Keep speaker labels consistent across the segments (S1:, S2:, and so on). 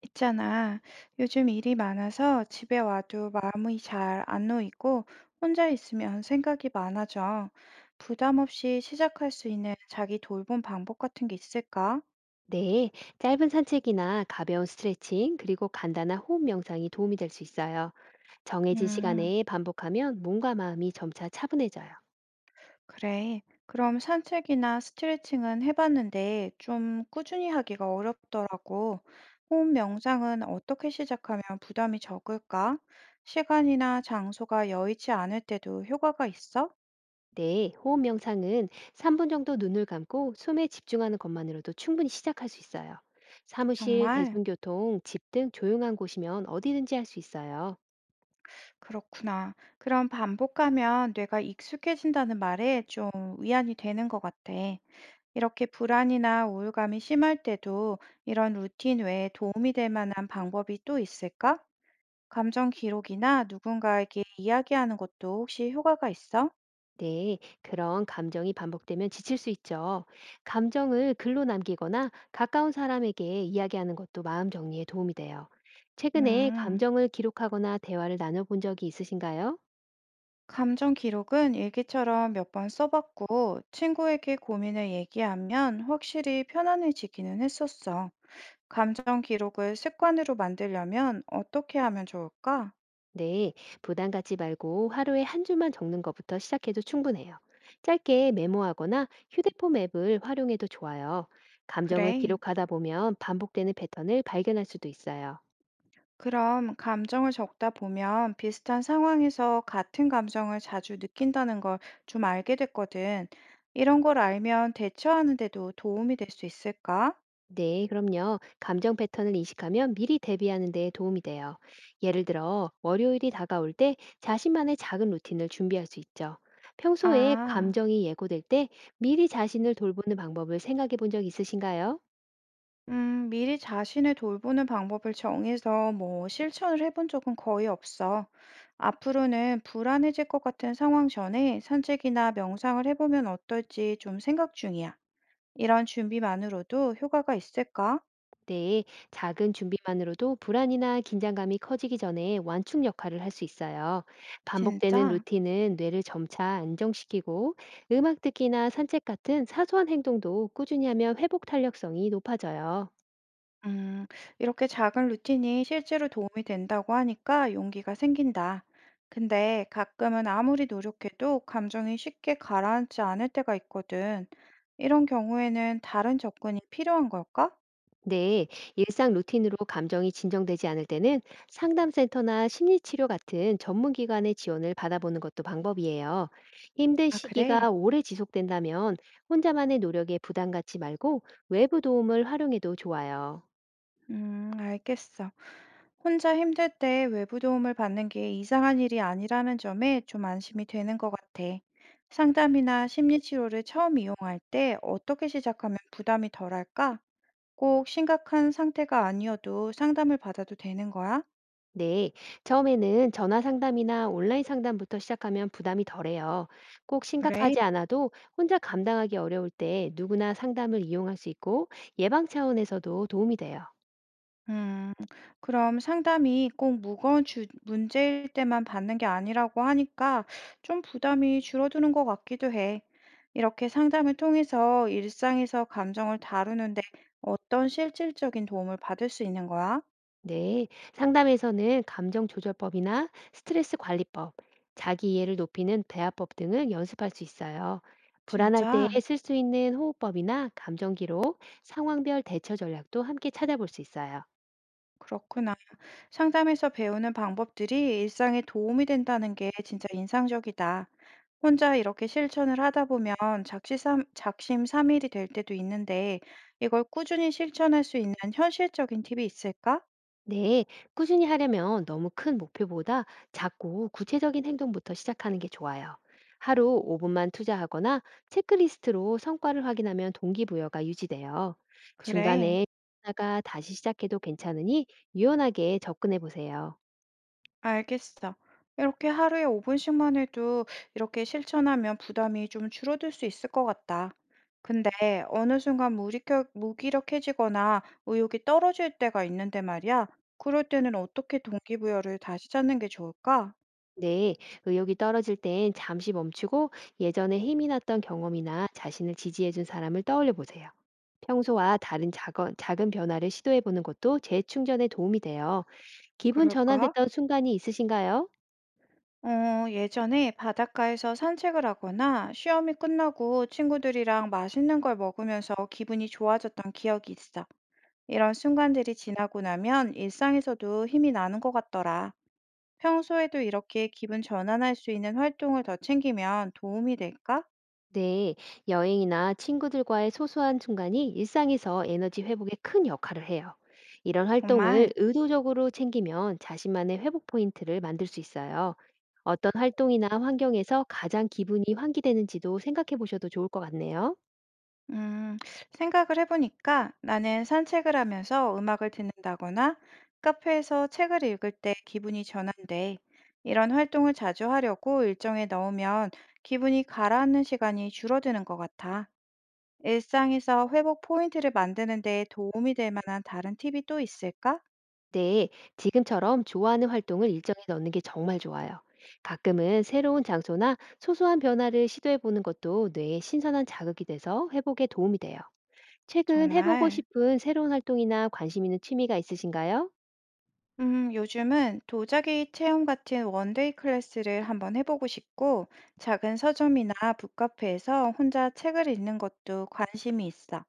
S1: 있잖아. 요즘 일이 많아서 집에 와도 마음이 잘 안 놓이고 혼자 있으면 생각이 많아져. 부담 없이 시작할 수 있는 자기 돌봄 방법 같은 게 있을까?
S2: 네, 짧은 산책이나 가벼운 스트레칭, 그리고 간단한 호흡 명상이 도움이 될 수 있어요. 정해진
S1: 음,
S2: 시간에 반복하면 몸과 마음이 점차 차분해져요.
S1: 그래. 그럼 산책이나 스트레칭은 해봤는데 좀 꾸준히 하기가 어렵더라고. 호흡 명상은 어떻게 시작하면 부담이 적을까? 시간이나 장소가 여의치 않을 때도 효과가 있어?
S2: 네, 호흡 명상은 3분 정도 눈을 감고 숨에 집중하는 것만으로도 충분히 시작할 수 있어요. 사무실,
S1: 정말?
S2: 대중교통, 집 등 조용한 곳이면 어디든지 할 수 있어요.
S1: 그렇구나. 그럼 반복하면 뇌가 익숙해진다는 말에 좀 위안이 되는 것 같아. 이렇게 불안이나 우울감이 심할 때도 이런 루틴 외에 도움이 될 만한 방법이 또 있을까? 감정 기록이나 누군가에게 이야기하는 것도 혹시 효과가 있어?
S2: 네, 그런 감정이 반복되면 지칠 수 있죠. 감정을 글로 남기거나 가까운 사람에게 이야기하는 것도 마음 정리에 도움이 돼요. 최근에
S1: 음,
S2: 감정을 기록하거나 대화를 나눠본 적이 있으신가요?
S1: 감정 기록은 일기처럼 몇 번 써봤고 친구에게 고민을 얘기하면 확실히 편안해지기는 했었어. 감정 기록을 습관으로 만들려면 어떻게 하면 좋을까?
S2: 네, 부담 갖지 말고 하루에 한 줄만 적는 것부터 시작해도 충분해요. 짧게 메모하거나 휴대폰 앱을 활용해도 좋아요. 감정을
S1: 그래.
S2: 기록하다 보면 반복되는 패턴을 발견할 수도 있어요.
S1: 그럼 감정을 적다 보면 비슷한 상황에서 같은 감정을 자주 느낀다는 걸 좀 알게 됐거든. 이런 걸 알면 대처하는 데도 도움이 될 수 있을까?
S2: 네, 그럼요. 감정 패턴을 인식하면 미리 대비하는 데 도움이 돼요. 예를 들어, 월요일이 다가올 때 자신만의 작은 루틴을 준비할 수 있죠. 평소에
S1: 아,
S2: 감정이 예고될 때 미리 자신을 돌보는 방법을 생각해 본 적 있으신가요?
S1: 미리 자신을 돌보는 방법을 정해서 뭐 실천을 해본 적은 거의 없어. 앞으로는 불안해질 것 같은 상황 전에 산책이나 명상을 해보면 어떨지 좀 생각 중이야. 이런 준비만으로도 효과가 있을까?
S2: 네, 작은 준비만으로도 불안이나 긴장감이 커지기 전에 완충 역할을 할 수 있어요. 반복되는
S1: 진짜?
S2: 루틴은 뇌를 점차 안정시키고 음악 듣기나 산책 같은 사소한 행동도 꾸준히 하면 회복 탄력성이 높아져요.
S1: 음, 이렇게 작은 루틴이 실제로 도움이 된다고 하니까 용기가 생긴다. 근데 가끔은 아무리 노력해도 감정이 쉽게 가라앉지 않을 때가 있거든. 이런 경우에는 다른 접근이 필요한 걸까?
S2: 네, 일상 루틴으로 감정이 진정되지 않을 때는 상담센터나 심리치료 같은 전문기관의 지원을 받아보는 것도 방법이에요. 힘든
S1: 아, 그래?
S2: 시기가 오래 지속된다면 혼자만의 노력에 부담 갖지 말고 외부 도움을 활용해도 좋아요.
S1: 알겠어. 혼자 힘들 때 외부 도움을 받는 게 이상한 일이 아니라는 점에 좀 안심이 되는 것 같아. 상담이나 심리치료를 처음 이용할 때 어떻게 시작하면 부담이 덜할까? 꼭 심각한 상태가 아니어도 상담을 받아도 되는 거야?
S2: 네, 처음에는 전화 상담이나 온라인 상담부터 시작하면 부담이 덜해요. 꼭
S1: 그래.
S2: 심각하지 않아도 혼자 감당하기 어려울 때 누구나 상담을 이용할 수 있고 예방 차원에서도 도움이 돼요.
S1: 음, 그럼 상담이 꼭 무거운 문제일 때만 받는 게 아니라고 하니까 좀 부담이 줄어드는 것 같기도 해. 이렇게 상담을 통해서 일상에서 감정을 다루는데 어떤 실질적인 도움을 받을 수 있는 거야?
S2: 네, 상담에서는 감정 조절법이나 스트레스 관리법, 자기 이해를 높이는 대화법 등을 연습할 수 있어요. 불안할 때
S1: 진짜?
S2: 쓸 수 있는 호흡법이나 감정 기록, 상황별 대처 전략도 함께 찾아볼 수 있어요.
S1: 그렇구나. 상담에서 배우는 방법들이 일상에 도움이 된다는 게 진짜 인상적이다. 혼자 이렇게 실천을 하다 보면 작심삼일이 될 때도 있는데 이걸 꾸준히 실천할 수 있는 현실적인 팁이 있을까?
S2: 네, 꾸준히 하려면 너무 큰 목표보다 작고 구체적인 행동부터 시작하는 게 좋아요. 하루 5분만 투자하거나 체크리스트로 성과를 확인하면 동기부여가 유지돼요.
S1: 그래,
S2: 중간에 하다가 다시 시작해도 괜찮으니 유연하게 접근해 보세요.
S1: 알겠어. 이렇게 하루에 오분씩만 해도 이렇게 실천하면 부담이 좀 줄어들 수 있을 것 같다. 근데 어느 순간 무기력해지거나 의욕이 떨어질 때가 있는데 말이야. 그럴 때는 어떻게 동기부여를 다시 찾는 게 좋을까?
S2: 네, 의욕이 떨어질 땐 잠시 멈추고 예전에 힘이 났던 경험이나 자신을 지지해준 사람을 떠올려 보세요. 평소와 다른 작은 변화를 시도해 보는 것도 재충전에 도움이 돼요. 기분
S1: 그럴까?
S2: 전환됐던 순간이 있으신가요?
S1: 어, 예전에 바닷가에서 산책을 하거나 시험이 끝나고 친구들이랑 맛있는 걸 먹으면서 기분이 좋아졌던 기억이 있어. 이런 순간들이 지나고 나면 일상에서도 힘이 나는 것 같더라. 평소에도 이렇게 기분 전환할 수 있는 활동을 더 챙기면 도움이 될까?
S2: 네, 여행이나 친구들과의 소소한 순간이 일상에서 에너지 회복에 큰 역할을 해요. 이런 활동을
S1: 정말.
S2: 의도적으로 챙기면 자신만의 회복 포인트를 만들 수 있어요. 어떤 활동이나 환경에서 가장 기분이 환기되는지도 생각해 보셔도 좋을 것 같네요.
S1: 음, 생각을 해보니까 나는 산책을 하면서 음악을 듣는다거나 카페에서 책을 읽을 때 기분이 전환돼. 이런 활동을 자주 하려고 일정에 넣으면 기분이 가라앉는 시간이 줄어드는 것 같아. 일상에서 회복 포인트를 만드는 데 도움이 될 만한 다른 팁이 또 있을까?
S2: 네, 지금처럼 좋아하는 활동을 일정에 넣는 게 정말 좋아요. 가끔은 새로운 장소나 소소한 변화를 시도해 보는 것도 뇌에 신선한 자극이 돼서 회복에 도움이 돼요. 최근 해보고
S1: 정말.
S2: 싶은 새로운 활동이나 관심 있는 취미가 있으신가요?
S1: 요즘은 도자기 체험 같은 원데이 클래스를 한번 해보고 싶고, 작은 서점이나 북카페에서 혼자 책을 읽는 것도 관심이 있어.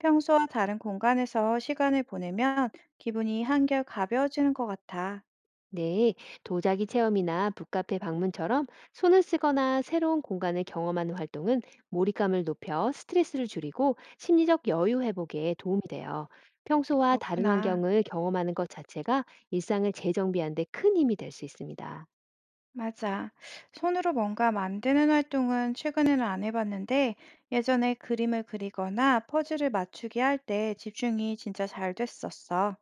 S1: 평소와 다른 공간에서 시간을 보내면 기분이 한결 가벼워지는 것 같아.
S2: 네, 도자기 체험이나 북카페 방문처럼 손을 쓰거나 새로운 공간을 경험하는 활동은 몰입감을 높여 스트레스를 줄이고 심리적 여유 회복에 도움이 돼요. 평소와 다른
S1: 그렇구나.
S2: 환경을 경험하는 것 자체가 일상을 재정비하는 데 큰 힘이 될 수 있습니다.
S1: 맞아. 손으로 뭔가 만드는 활동은 최근에는 안 해봤는데, 예전에 그림을 그리거나 퍼즐을 맞추기 할 때 집중이 진짜 잘 됐었어.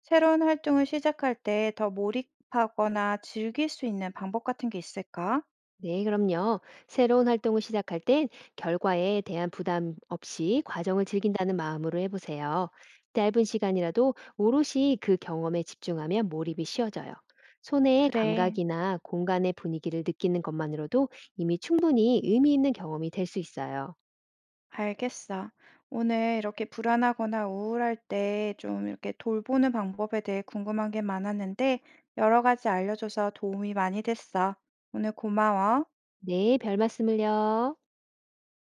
S1: 새로운 활동을 시작할 때 더 몰입하거나 즐길 수 있는 방법 같은 게 있을까?
S2: 네, 그럼요. 새로운 활동을 시작할 땐 결과에 대한 부담 없이 과정을 즐긴다는 마음으로 해보세요. 짧은 시간이라도 오롯이 그 경험에 집중하면 몰입이 쉬워져요. 손의
S1: 그래,
S2: 감각이나 공간의 분위기를 느끼는 것만으로도 이미 충분히 의미 있는 경험이 될 수 있어요.
S1: 알겠어. 오늘 이렇게 불안하거나 우울할 때 좀 이렇게 돌보는 방법에 대해 궁금한 게 많았는데 여러 가지 알려줘서 도움이 많이 됐어. 오늘 고마워.
S2: 네, 별 말씀을요.